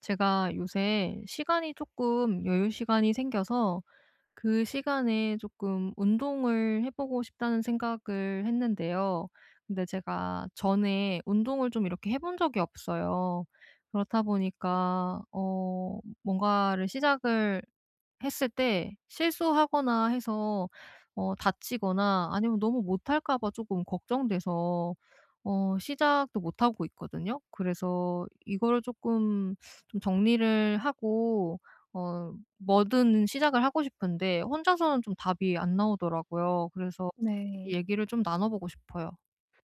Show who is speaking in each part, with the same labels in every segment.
Speaker 1: 제가 요새 시간이 조금 여유 시간이 생겨서 그 시간에 조금 운동을 해 보고 싶다는 생각을 했는데요. 근데 제가 전에 운동을 좀 이렇게 해본 적이 없어요. 그렇다 보니까 뭔가를 시작을 했을 때 실수하거나 해서 다치거나 아니면 너무 못할까 봐 조금 걱정돼서 시작도 못하고 있거든요. 그래서 이거를 조금 좀 정리를 하고 뭐든 시작을 하고 싶은데 혼자서는 좀 답이 안 나오더라고요. 그래서
Speaker 2: 네.
Speaker 1: 얘기를 좀 나눠 보고 싶어요.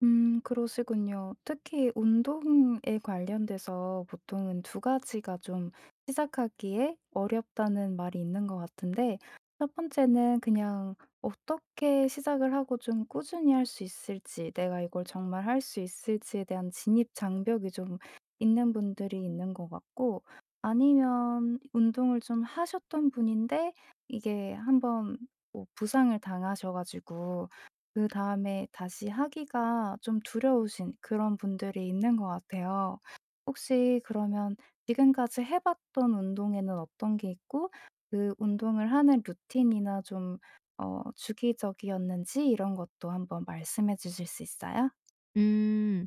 Speaker 2: 그러시군요. 특히 운동에 관련돼서 보통은 두 가지가 좀 시작하기에 어렵다는 말이 있는 것 같은데, 첫 번째는 그냥 어떻게 시작을 하고 좀 꾸준히 할 수 있을지, 내가 이걸 정말 할 수 있을지에 대한 진입 장벽이 좀 있는 분들이 있는 것 같고, 아니면 운동을 좀 하셨던 분인데 이게 한번 뭐 부상을 당하셔 가지고 그다음에 다시 하기가 좀 두려우신 그런 분들이 있는 것 같아요. 혹시 그러면 지금까지 해 봤던 운동에는 어떤 게 있고, 그 운동을 하는 루틴이나 좀 주기적이었는지, 이런 것도 한번 말씀해 주실 수 있어요?
Speaker 1: 음.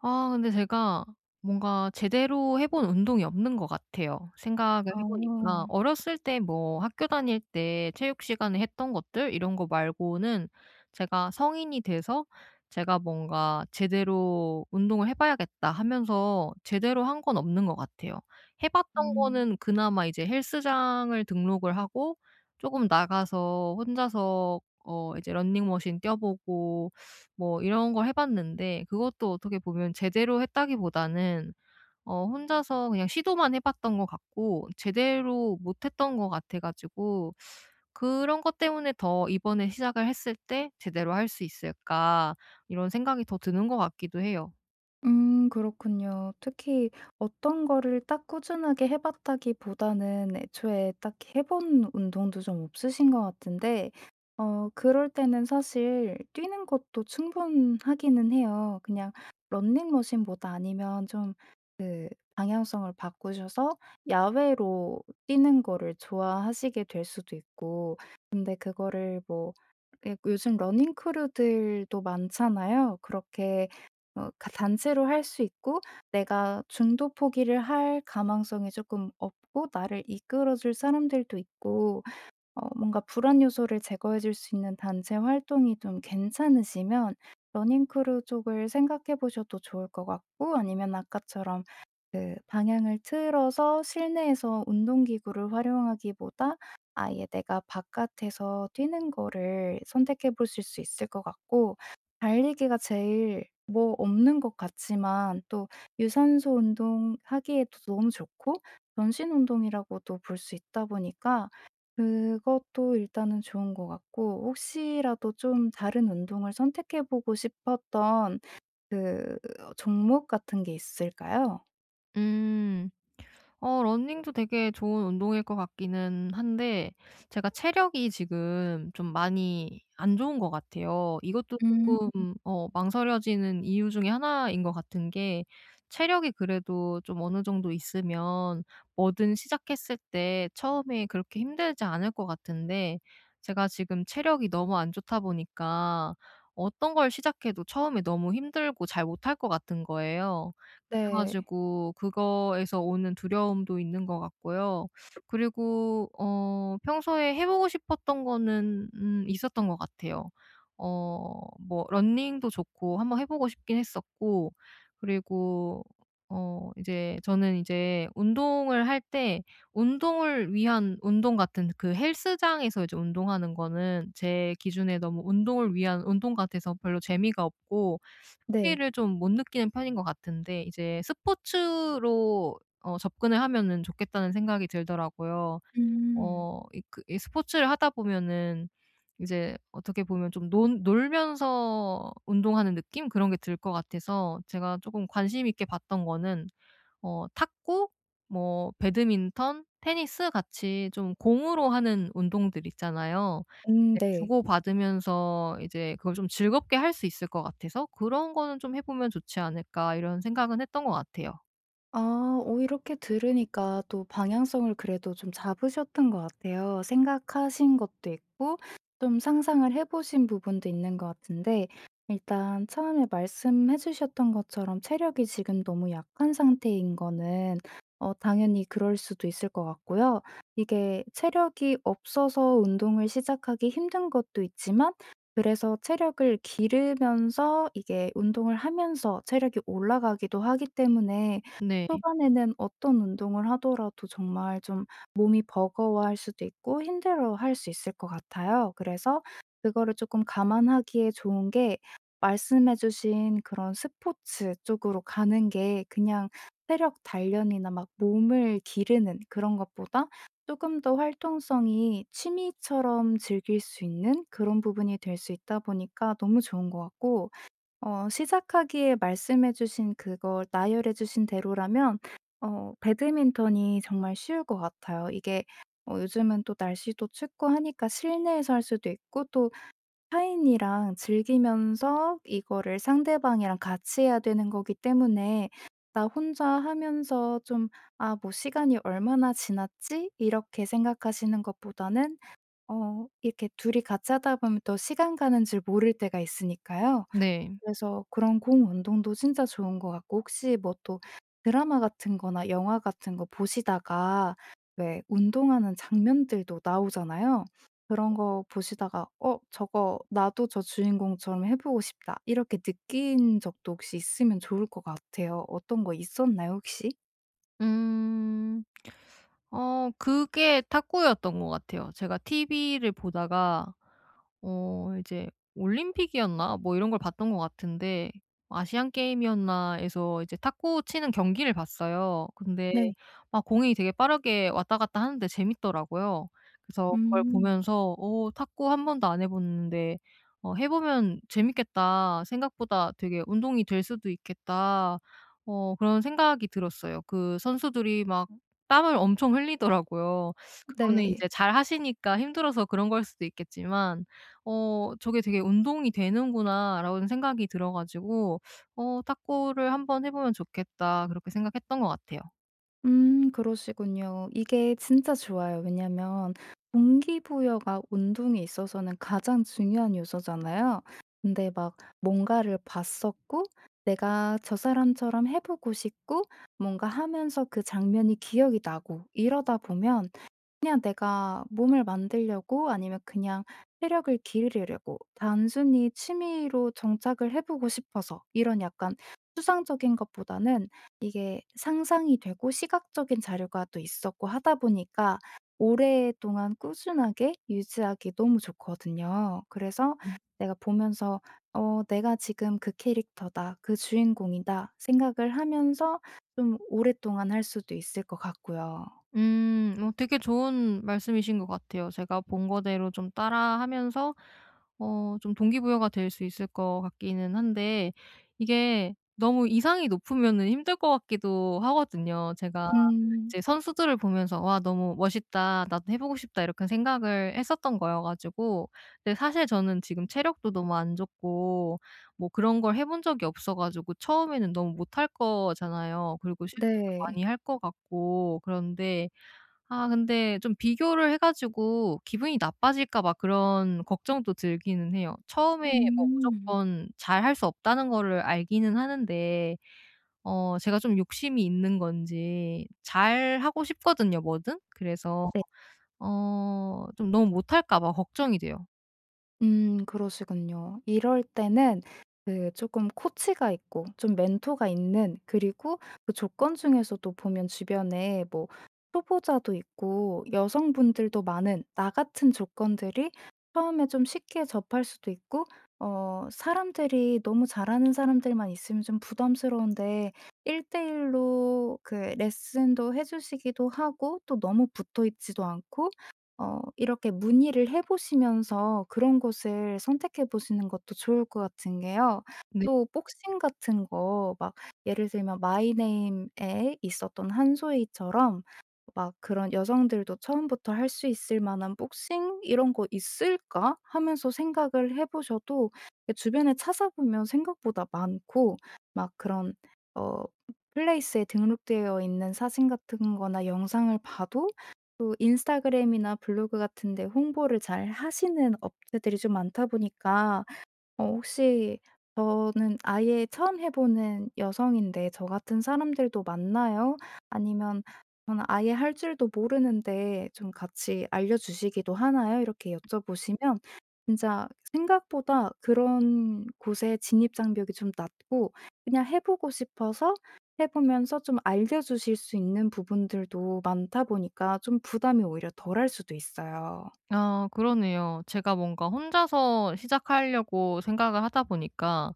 Speaker 1: 아, 근데 제가 뭔가 제대로 해본 운동이 없는 것 같아요. 생각을 해 보니까
Speaker 2: 어.
Speaker 1: 어렸을 때 뭐 학교 다닐 때 체육 시간에 했던 것들 이런 거 말고는 제가 성인이 돼서 제가 뭔가 '제대로 운동을 해 봐야겠다.' 하면서 제대로 한 건 없는 것 같아요. 해 봤던
Speaker 2: 음.
Speaker 1: 거는 그나마 이제 헬스장을 등록을 하고 조금 나가서 혼자서 이제 러닝머신 뛰어 보고 뭐 이런 걸 해 봤는데, 그것도 어떻게 보면 제대로 했다기보다는 혼자서 그냥 시도만 해 봤던 것 같고, 제대로 못했던 것 같아 가지고 그런 것 때문에 더 '이번에 시작을 했을 때 제대로 할 수 있을까.' 이런 생각이 더 드는 것 같기도 해요.
Speaker 2: 그렇군요. 특히 어떤 거를 딱 꾸준하게 해 봤다기보다는 애초에 딱 해본 운동도 좀 없으신 것 같은데, 그럴 때는 사실 뛰는 것도 충분하기는 해요. 그냥 러닝머신보다 아니면 좀 그 방향성을 바꾸셔서 야외로 뛰는 거를 좋아하시게 될 수도 있고, 근데 그거를 뭐 예 요즘 러닝 크루들도 많잖아요. 그렇게 어 가 단체로 할 수 있고, 내가 중도 포기를 할 가망성이 조금 없고, 나를 이끌어 줄 사람들도 있고, 뭔가 불안 요소를 제거해 줄 수 있는 단체 활동이 좀 괜찮으시면 러닝 크루 쪽을 생각해 보셔도 좋을 것 같고, 아니면 아까처럼 그 방향을 틀어서 실내에서 운동 기구를 활용하기보다 아예 내가 바깥에서 뛰는 거를 선택해 보실 수 있을 것 같고, 달리기가 제일 뭐 없는 것 같지만 또 유산소 운동하기에도 너무 좋고, 전신 운동이라고도 볼 수 있다 보니까 그것도 일단은 좋은 것 같고, 혹시라도 좀 다른 운동을 선택해 보고 싶었던 그 종목 같은 게 있을까요?
Speaker 1: 음. 러닝도 되게 좋은 운동일 것 같기는 한데, 제가 체력이 지금 좀 많이 안 좋은 것 같아요. 이것도
Speaker 2: 음.
Speaker 1: 조금 망설여지는 이유 중에 하나인 것 같은 게, 체력이 그래도 좀 어느 정도 있으면 뭐든 시작했을 때 처음에 그렇게 힘들지 않을 것 같은데, 제가 지금 체력이 너무 안 좋다 보니까 어떤 걸 시작해도 처음에 너무 힘들고 잘 못할 것 같은 거예요. 그래
Speaker 2: 네.
Speaker 1: 가지고 그거에서 오는 두려움도 있는 것 같고요. 그리고 평소에 해 보고 싶었던 거는 있었던 것 같아요. 어 뭐 러닝도 좋고 한번 해 보고 싶긴 했었고, 그리고 이제 저는 이제 운동을 할 때, 운동을 위한 운동 같은, 그 헬스장에서 이제 운동하는 거는 제 기준에 너무 운동을 위한 운동 같아서 별로 재미가 없고
Speaker 2: 네.
Speaker 1: 흥미를 좀 못 느끼는 편인 것 같은데, 이제 스포츠로 접근을 하면은 좋겠다는 생각이 들더라고요.
Speaker 2: 음.
Speaker 1: 이 스포츠를 하다 보면은 이제 어떻게 보면 좀 논 놀면서 운동하는 느낌, 그런 게 들 것 같아서 제가 쪼금 관심 있게 봤던 거는 탁구, 뭐 배드민턴, 테니스 같이 좀 공으로 하는 운동들 있잖아요.
Speaker 2: 음.
Speaker 1: 네.
Speaker 2: 네.
Speaker 1: 주고받으면서 이제 그걸 좀 즐겁게 할 수 있을 것 같아서 '그런 거는 좀 해 보면 좋지 않을까.' 이런 생각은 했던 것 같아요.
Speaker 2: 아, 오, 이렇게 들으니까 또 방향성을 그래도 좀 잡으셨던 것 같아요. 생각하신 것도 있고 좀 상상을 해 보신 부분도 있는 것 같은데, 일단 처음에 말씀해 주셨던 것처럼 체력이 지금 너무 약한 상태인 거는 당연히 그럴 수도 있을 것 같고요. 이게 체력이 없어서 운동을 시작하기 힘든 것도 있지만, 그래서 체력을 기르면서, 이게 운동을 하면서 체력이 올라가기도 하기 때문에
Speaker 1: 네.
Speaker 2: 초반에는 어떤 운동을 하더라도 정말 좀 몸이 버거워할 수도 있고 힘들어할 수 있을 것 같아요. 그래서 그거를 조금 감안하기에 좋은 게, 말씀해 주신 그런 스포츠 쪽으로 가는 게 그냥 체력 단련이나 막 몸을 기르는 그런 것보다 조금 더 활동성이, 취미처럼 즐길 수 있는 그런 부분이 될 수 있다 보니까 너무 좋은 것 같고, 시작하기에 말씀해 주신 그걸 나열해 주신 대로라면 배드민턴이 정말 쉬울 것 같아요. 이게 요즘은 또 날씨도 춥고 하니까 실내에서 할 수도 있고, 또 타인이랑 즐기면서, 이거를 상대방이랑 같이 해야 되는 거기 때문에 나 혼자 하면서 좀 '아 뭐 시간이 얼마나 지났지?' 이렇게 생각하시는 것보다는 이렇게 둘이 같이 하다 보면 또 시간 가는 줄 모를 때가 있으니까요.
Speaker 1: 네.
Speaker 2: 그래서 그런 공 운동도 진짜 좋은 것 같고, 혹시 뭐 또 드라마 같은 거나 영화 같은 거 보시다가 왜 운동하는 장면들도 나오잖아요. 그런 거 보시다가 '어 저거 나도 저 주인공처럼 해 보고 싶다.' 이렇게 느낀 적도 혹시 있으면 좋을 것 같아요. 어떤 거 있었나요 혹시?
Speaker 1: 음. 그게 탁구였던 것 같아요. 제가 TV를 보다가 이제 올림픽이었나 뭐 이런 걸 봤던 것 같은데, 아시안 게임이었나 해서 이제 탁구 치는 경기를 봤어요. 근데
Speaker 2: 네.
Speaker 1: 막 공이 되게 빠르게 왔다 갔다 하는데 재밌더라고요. 그래서 그걸
Speaker 2: 음.
Speaker 1: 보면서 탁구 한 번도 안 해 봤는데 해 보면 재밌겠다. 생각보다 되게 운동이 될 수도 있겠다.' 그런 생각이 들었어요. 그 선수들이 막 땀을 엄청 흘리더라고요. 그거는
Speaker 2: 네.
Speaker 1: 이제 잘하시니까 힘들어서 그런 걸 수도 있겠지만 '저게 되게 운동이 되는구나.'라는 생각이 들어 가지고 탁구를 한번 해 보면 좋겠다.' 그렇게 생각했던 것 같아요.
Speaker 2: 그러시군요. 이게 진짜 좋아요. 왜냐면 동기부여가 운동에 있어서는 가장 중요한 요소잖아요. 근데 막 뭔가를 봤었고, 내가 저 사람처럼 해 보고 싶고, 뭔가 하면서 그 장면이 기억이 나고 이러다 보면, 그냥 내가 몸을 만들려고 아니면 그냥 체력을 기르려고 단순히 취미로 정착을 해 보고 싶어서 이런 약간 추상적인 것보다는 이게 상상이 되고 시각적인 자료가 또 있었고 하다 보니까 오랫동안 꾸준하게 유지하기 너무 좋거든요. 그래서
Speaker 1: 음.
Speaker 2: 내가 보면서 '어 내가 지금 그 캐릭터다. 그 주인공이다.' 생각을 하면서 좀 오랫동안 할 수도 있을 것 같고요.
Speaker 1: 음 되게 좋은 말씀이신 것 같아요. 제가 본 거대로 좀 따라 하면서 좀 동기부여가 될 수 있을 것 같기는 한데, 이게 너무 이상이 높으면은 힘들 것 같기도 하거든요. 제가
Speaker 2: 음.
Speaker 1: 이제 선수들을 보면서 '와, 너무 멋있다. 나도 해 보고 싶다.' 이렇게 생각을 했었던 거여 가지고, 근데 사실 저는 지금 체력도 너무 안 좋고 뭐 그런 걸 해본 적이 없어 가지고 처음에는 너무 못할 거잖아요. 그리고 실수도
Speaker 2: 네.
Speaker 1: 많이 할 것 같고 그런데, 아, 근데 좀 비교를 해 가지고 기분이 나빠질까 봐 그런 걱정도 들기는 해요. 처음에 뭐
Speaker 2: 음.
Speaker 1: 무조건 잘할 수 없다는 거를 알기는 하는데, 제가 좀 욕심이 있는 건지 잘하고 싶거든요, 뭐든. 그래서
Speaker 2: 네.
Speaker 1: 좀 너무 못할까 봐 걱정이 돼요.
Speaker 2: 그러시군요. 이럴 때는 그금 코치가 있고 좀 멘토가 있는, 그리고 그 조건 중에서도 보면 주변에 뭐 초보자도 있고 여성분들도 많은, 나 같은 조건들이 처음에 좀 쉽게 접할 수도 있고, 사람들이 너무 잘하는 사람들만 있으면 좀 부담스러운데, 1:1 로 그 레슨도 해 주시기도 하고 또 너무 붙어 있지도 않고, 이렇게 문의를 해 보시면서 그런 곳을 선택해 보시는 것도 좋을 것 같은 게요. 또 복싱 같은 거 막 예를 들면 마이 네임에 있었던 한소희처럼 막 그런, '여성들도 처음부터 할 수 있을 만한 복싱 이런 거 있을까?' 하면서 생각을 해 보셔도, 예 주변에 찾아보면 생각보다 많고, 막 그런 어 플레이스에 등록되어 있는 사진 같은 거나 영상을 봐도, 또 인스타그램이나 블로그 같은 데 홍보를 잘 하시는 업체들이 좀 많다 보니까, 혹시 저는 아예 처음 해 보는 여성인데 저 같은 사람들도 많나요? 아니면 저는 아예 할 줄도 모르는데 좀 같이 알려주시기도 하나요? 이렇게 여쭤보시면 진짜 생각보다 그런 곳에 진입 장벽이 좀 낮고, 그냥 해 보고 싶어서 해 보면서 좀 알려주실 수 있는 부분들도 많다 보니까 좀 부담이 오히려 덜할 수도 있어요.
Speaker 1: 아, 그러네요. 제가 뭔가 혼자서 시작하려고 생각을 하다 보니까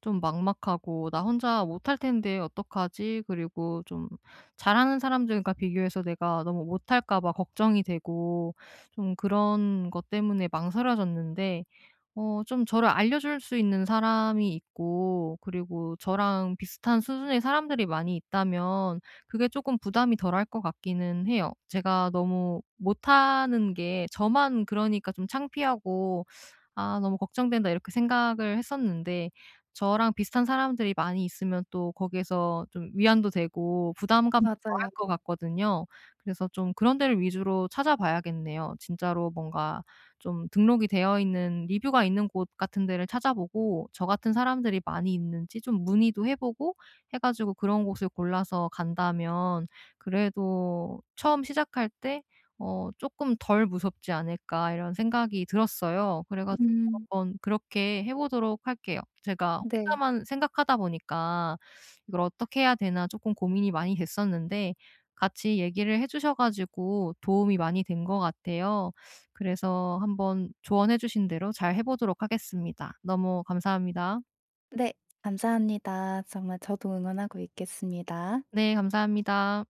Speaker 1: 좀 막막하고 '나 혼자 못할 텐데 어떡하지?' 그리고 좀 잘하는 사람들과 비교해서 내가 너무 못할까 봐 걱정이 되고, 좀 그런 것 때문에 망설여졌는데 좀 저를 알려줄 수 있는 사람이 있고, 그리고 저랑 비슷한 수준의 사람들이 많이 있다면 그게 조금 부담이 덜할 것 같기는 해요. 제가 너무 못하는 게 저만 그러니까 좀 창피하고 '아, 너무 걱정된다.' 이렇게 생각을 했었는데, 저랑 비슷한 사람들이 많이 있으면 또 거기에서 좀 위안도 되고 부담감도 덜할
Speaker 2: 맞아요.
Speaker 1: 것 같거든요. 그래서 좀 그런 데를 위주로 찾아봐야겠네요. 진짜로 뭔가 좀 등록이 되어 있는 리뷰가 있는 곳 같은 데를 찾아보고 저 같은 사람들이 많이 있는지 좀 문의도 해 보고 해 가지고 그런 곳을 골라서 간다면 '그래도 처음 시작할 때어금덜 무섭지 않을까.' 이런 생각이 들었어요. 그래 가지고
Speaker 2: 음.
Speaker 1: 한번 그렇게 해 보도록 할게요. 제가
Speaker 2: 네.
Speaker 1: 혼자만 생각하다 보니까 이걸 '어떻게 해야 되나.' 조금 고민이 많이 됐었는데, 같이 얘기를 해 주셔 가지고 도움이 많이 된 것 같아요. 그래서 한번 조언해 주신 대로 잘 해 보도록 하겠습니다. 너무 감사합니다.
Speaker 2: 네. 감사합니다. 정말 저도 응원하고 있겠습니다.
Speaker 1: 네, 감사합니다.